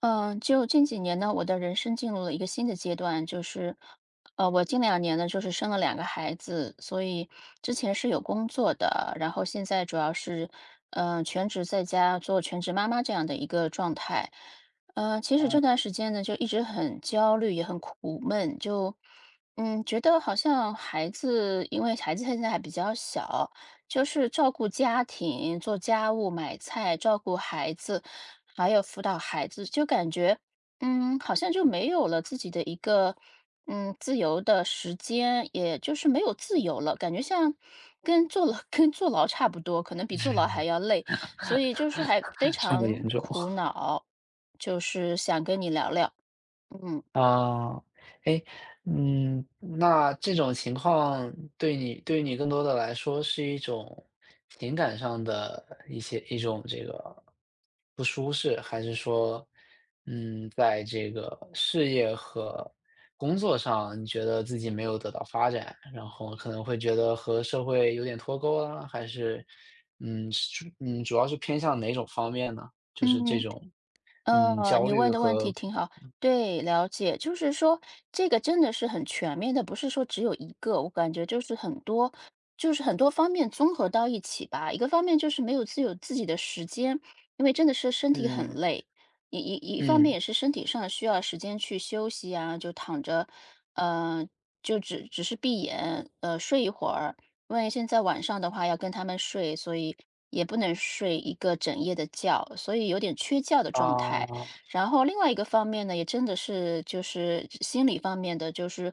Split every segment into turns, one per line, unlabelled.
嗯，就近几年呢，我的人生进入了一个新的阶段，我近两年呢，就是生了两个孩子，所以之前是有工作的，然后现在主要是，嗯、全职在家做全职妈妈这样的一个状态。其实
哦，
这段时间呢，就一直很焦虑，也很苦闷，觉得好像孩子，因为孩子现在还比较小，就是照顾家庭、做家务、买菜、照顾孩子。还有辅导孩子，就感觉,好像就没有了自己的一个，自由的时间，也就是没有自由了，感觉像跟坐牢 跟坐牢差不多，可能比坐牢还要累，所以就是还非
这么
常
严重
苦恼，就是想跟你聊聊。嗯。
啊？哎，那这种情况对你更多的来说是一种情感上的一种不舒适，还是说，在这个事业和工作上，你觉得自己没有得到发展，然后可能会觉得和社会有点脱钩啊？还是，主要是偏向哪种方面呢？就是这
嗯。
种。嗯，焦
你
虑
问的问题
和
挺好。对，了解，就是说这个真的是很全面的，不是说只有一个，我感觉就是很多，就是很多方面综合到一起吧。一个方面就是没有自己的时间，因为真的是身体很
嗯
累，一方
嗯，
面也是身体上需要时间去休息啊，就躺着，呃，就只是闭眼，睡一会儿，因为现在晚上的话要跟他们睡，所以也不能睡一个整夜的觉，所以有点缺觉的状态。
啊
然后另外一个方面呢，也真的是就是心理方面的，就是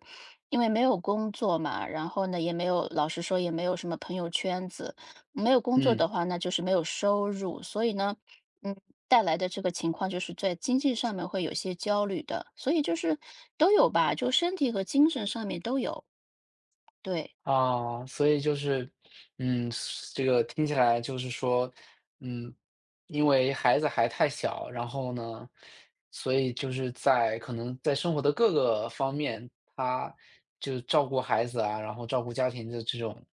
因为没有工作嘛，然后呢也没有，老实说也没有什么朋友圈子，没有工作
嗯，
的话，那就是没有收入，所以呢，嗯。带来的这个情况就是在经济上面会有些焦虑的，所以就是都有吧，就身体和精神上面都有。对，
啊，所以就是，嗯，这个听起来就是说，嗯，因为孩子还太小，然后呢，所以就是可能在生活的各个方面，他就照顾孩子啊，然后照顾家庭的这种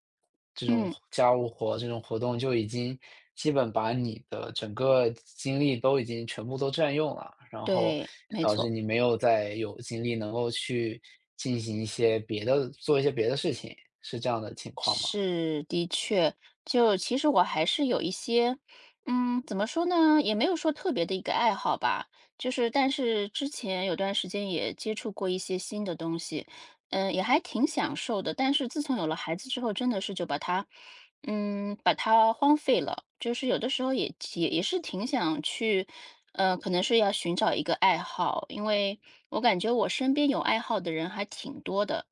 这种
嗯。
家务活、这种活动，就已经基本把你的整个精力都已经全部都占用了，然后
对，没
导致
错，
你没有再有精力能够去进行一些别的，做一些别的事情，是这样的情况吗？
是的确，就其实我还是有一些，怎么说呢，也没有说特别的一个爱好吧，就是但是之前有段时间也接触过一些新的东西，也还挺享受的，但是自从有了孩子之后，真的是就把它，把它荒废了，就是有的时候也也是挺想去。可能是要寻找一个爱好，因为我感觉我身边有爱好的人还挺多的，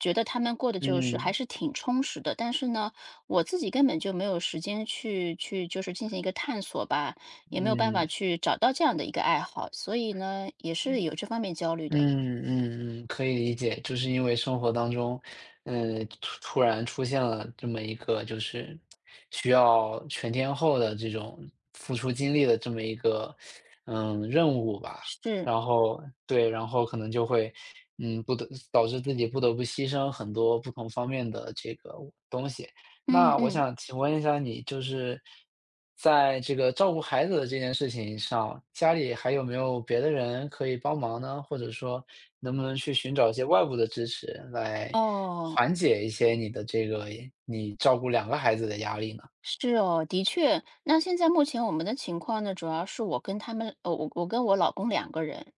觉得他们过的就是还
嗯
是挺充实的，但是呢，我自己根本就没有时间去就是进行一个探索吧，也没有办法
嗯。
去找到这样的一个爱好，所以呢，也是有这方面焦虑的。
嗯，可以理解，就是因为生活当中，突然出现了这么一个就是需要全天候的这种付出精力的这么一个任务吧，
是，
然后对，然后可能就会嗯不得导致自己不得不牺牲很多不同方面的这个东西，
嗯
那我
嗯，
想请问一下你，就是在这个照顾孩子的这件事情上，家里还有没有别的人可以帮忙呢？或者说，能不能去寻找一些外部的支持，来
哦，
缓解一些你照顾两个孩子的压力呢？
是哦，的确。那现在目前我们的情况呢，主要是我跟他们，呃，我跟我老公两个人，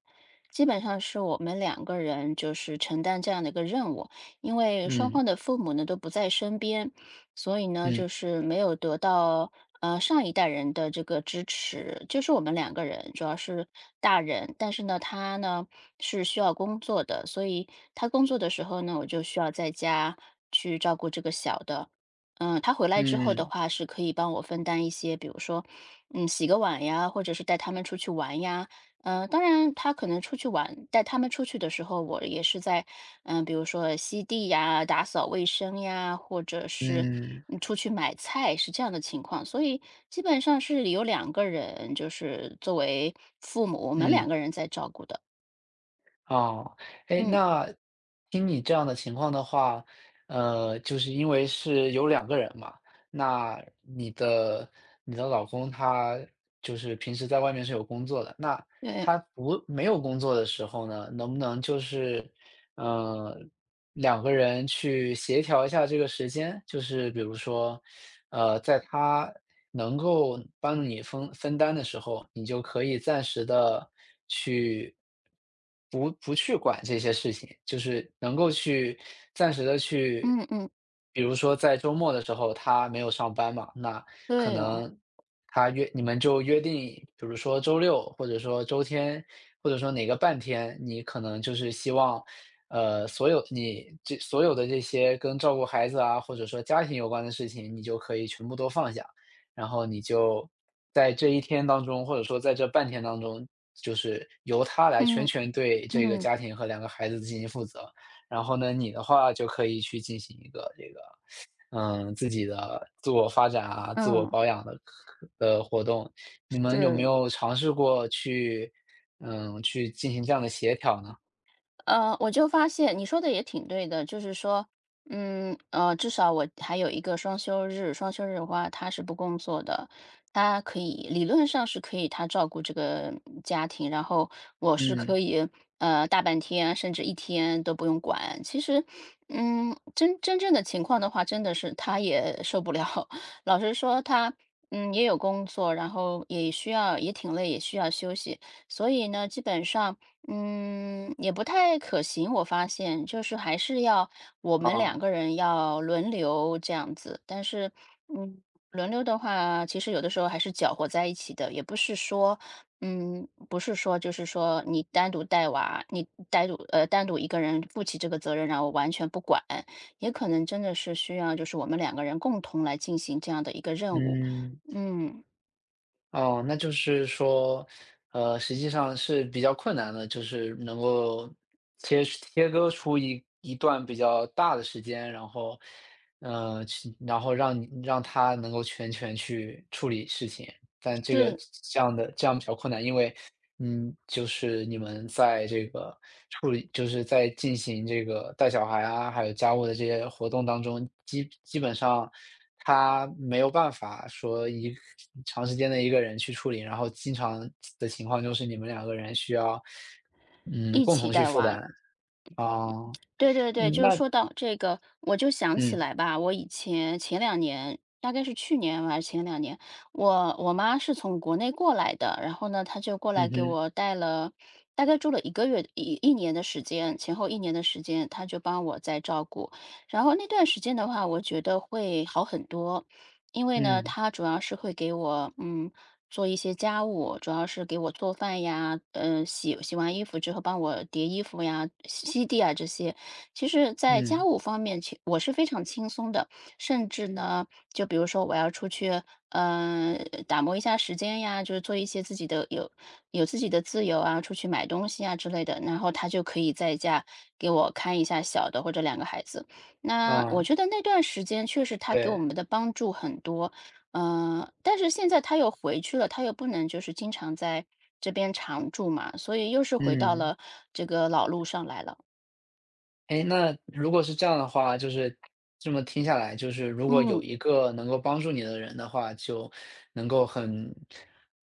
基本上是我们两个人就是承担这样的一个任务，因为双
嗯
方的父母呢都不在身边，所以呢
嗯
就是没有得到上一代人的这个支持，就是我们两个人，主要是大人，但是呢他呢是需要工作的，所以他工作的时候呢我就需要在家去照顾这个小的。嗯，他回来之后的
嗯
话，是可以帮我分担一些，比如说，洗个碗呀，或者是带他们出去玩呀，呃，当然，他可能出去玩，带他们出去的时候，我也是在，嗯、比如说吸地呀、打扫卫生呀，或者是
嗯
出去买菜，是这样的情况。所以基本上是有两个人，就是作为父母，我们两
嗯。
个人在照顾的。
哦，哎，
嗯，
那听你这样的情况的话，就是因为是有两个人嘛，那你的老公他就是平时在外面是有工作的，那
对，
他不没有工作的时候呢，能不能就是，呃，两个人去协调一下这个时间，就是比如说，在他能够帮你分担的时候，你就可以暂时的去。不去管这些事情，就是能够去暂时的去
嗯嗯，
比如说在周末的时候他没有上班嘛，那可
对哦，
能他约你们就约定，比如说周六或者说周天，或者说哪个半天，你可能就是希望，所有的这些跟照顾孩子啊，或者说家庭有关的事情，你就可以全部都放下。然后你就在这一天当中，或者说在这半天当中，就是由他来全
嗯
权对这个
嗯
家庭和两个孩子进行负责。然后呢，你的话就可以去进行一个自己的自我发展啊、自我
嗯，
保养的课的活动。你们有没
是。
有尝试过去，去进行这样的协调呢？
我就发现你说的也挺对的，就是说，至少我还有一个双休日，双休日的话，他是不工作的，他可以理论上是可以他照顾这个家庭，然后我是可
嗯，
以大半天啊甚至一天都不用管。其实，嗯，真正的情况的话，真的是他也受不了。老实说，他也有工作，然后也需要也挺累，也需要休息，所以呢，基本上。嗯，也不太可行，我发现就是还是要我们两
啊，
个人要轮流这样子，但是，嗯，轮流的话，其实有的时候还是搅和在一起的，也不是说，不是说就是说你单独带娃，你单独一个人负起这个责任，然后完全不管，也可能真的是需要就是我们两个人共同来进行这样的一个任务，
嗯。
嗯，
哦，那就是说，实际上是比较困难的，就是能够切割出一段比较大的时间，然后，然后让他能够全权去处理事情，但这个
是
这样的这样比较困难，因为就是你们在这个处理就是在进行这个带小孩啊，还有家务的这些活动当中，基本上他没有办法说一个长时间的一个人去处理，然后经常的情况就是你们两个人需要，
一
共
起
同去
带
负担。
娃。
啊。
对对对，
嗯，
就是
那
说到这个，我就想起
嗯，
来吧，我以前前两年，大概是去年吧还是前两年，我妈是从国内过来的，然后呢，她就过来
嗯
给
哼，
我带了，大概住了一个月一年的时间，前后一年的时间，她就帮我在照顾。然后那段时间的话，我觉得会好很多，因为呢，
嗯，
她主要是会给我做一些家务，主要是给我做饭呀，嗯，洗完衣服之后帮我叠衣服呀、吸地啊这些。其实，在家
嗯，
务方面，其我是非常轻松的，甚至呢，就比如说我要出去，打磨一下时间呀，就是做一些自己的有自己的自由啊，出去买东西啊之类的，然后他就可以在家给我看一下小的或者两个孩子。那我
啊，
觉得那段时间确实他给我
对，
们的帮助很多，嗯。但是现在他又回去了，他又不能就是经常在这边常住嘛，所以又是回到
嗯。
了这个老路上来了。
哎，那如果是这样的话，就是这么听下来，就是如果有
嗯。
一个能够帮助你的人的话，就能够很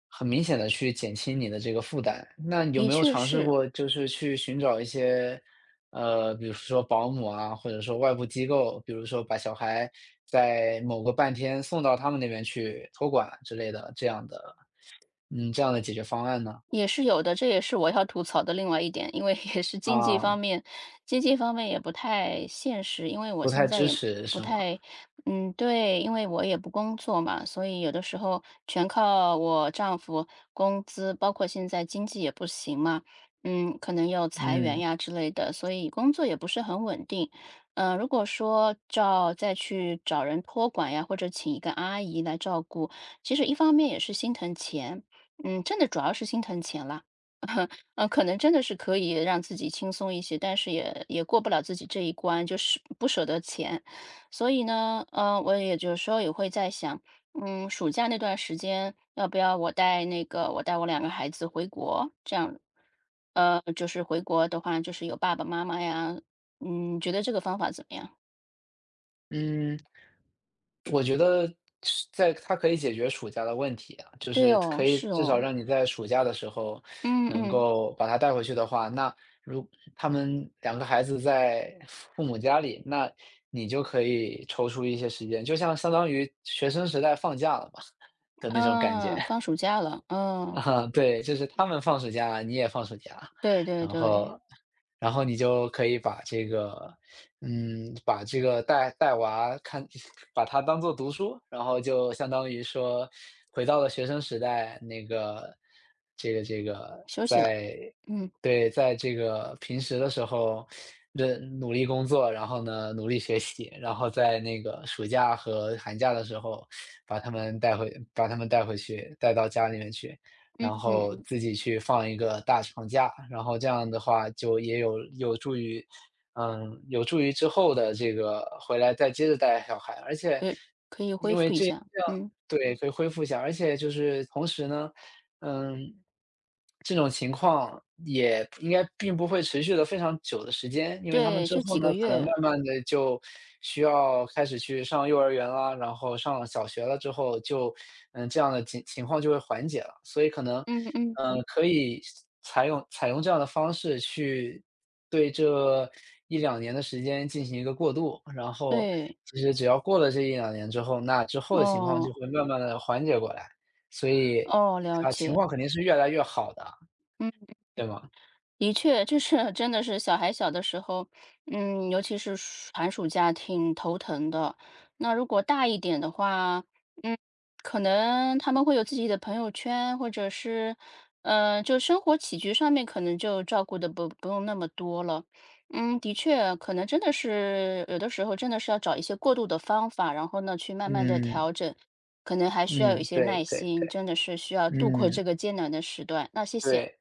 很明显的去减轻你的这个负担。那有
的
没有
确
尝试
是，
过就是去寻找一些，比如说保姆啊，或者说外部机构，比如说把小孩在某个半天送到他们那边去托管之类的，这样的解决方案呢？
也是有的，这也是我要吐槽的另外一点，因为也是经济方
啊，
面，经济方面也不太现实，因为我
不
现
太
在
支
也
持
不
是吗？
太，嗯，对，因为我也不工作嘛，所以有的时候全靠我丈夫工资，包括现在经济也不行嘛，嗯，可能要裁员
嗯，
呀之类的，所以工作也不是很稳定。嗯，如果说照再去找人托管呀，或者请一个阿姨来照顾，其实一方面也是心疼钱，嗯，真的主要是心疼钱了，嗯，可能真的是可以让自己轻松一些，但是也过不了自己这一关，就是不舍得钱。所以呢，我也有时候也会在想，嗯，暑假那段时间要不要我带我两个孩子回国，这样，呃，就是回国的话，就是有爸爸妈妈呀，嗯，觉得这个方法怎么样？
嗯。我觉得它可以解决暑假的问题啊，就
对
是
哦，
可以
是
至少
哦，
让你在暑假的时候
嗯
能
嗯
够把他带回去的话，那如他们两个孩子在父母家里，那你就可以抽出一些时间，相当于学生时代放假了嘛的那种感觉。
嗯，放暑假了，嗯，
啊，对，就是他们放暑假，你也放暑假，
对对
然
对，
后，然后你就可以把这个，把这个带娃看，把它当做读书，然后就相当于说回到了学生时代，这个这个，
休息了，
在，
嗯。
对，在这个平时的时候，努力工作，然后呢努力学习，然后在那个暑假和寒假的时候，把他们带回去，带到家里面去。
嗯
然
嗯
后
嗯，
自己去放一个大长假，然后这样的话就也有助于之后的这个回来再接着带小孩。而且
对，可以恢
因为
复一
这样
下，嗯，
对，可以恢复一下，而且就是同时呢，嗯，这种情况也应该并不会持续的非常久的时间，因为他们
对，
之
就
后
几个
呢，可能
月，
慢慢的就需要开始去上幼儿园啦，然后上了小学了之后就，这样的情况就会缓解了。所以可能，
嗯嗯嗯，
可以采用这样的方式去对这一两年的时间进行一个过渡，然后
对，
其实只要过了这一两年之后，那之后的情况就
哦，
会慢慢的缓解过来。所以
哦，了
啊，情
解，
况肯定是越来越好的，
嗯。
对吗？
的确，就是真的是小孩小的时候，嗯，尤其是暑寒暑假挺头疼的。那如果大一点的话，嗯，可能他们会有自己的朋友圈，或者是，就生活起居上面可能就照顾的不用那么多了。嗯，的确，可能真的是有的时候真的是要找一些过渡的方法，然后呢去慢慢的
嗯，
调整，可能还需要有一
嗯，
些耐
对对
心，
对，
真的是需要度过这
嗯，
个艰难的时段。那谢谢。
对。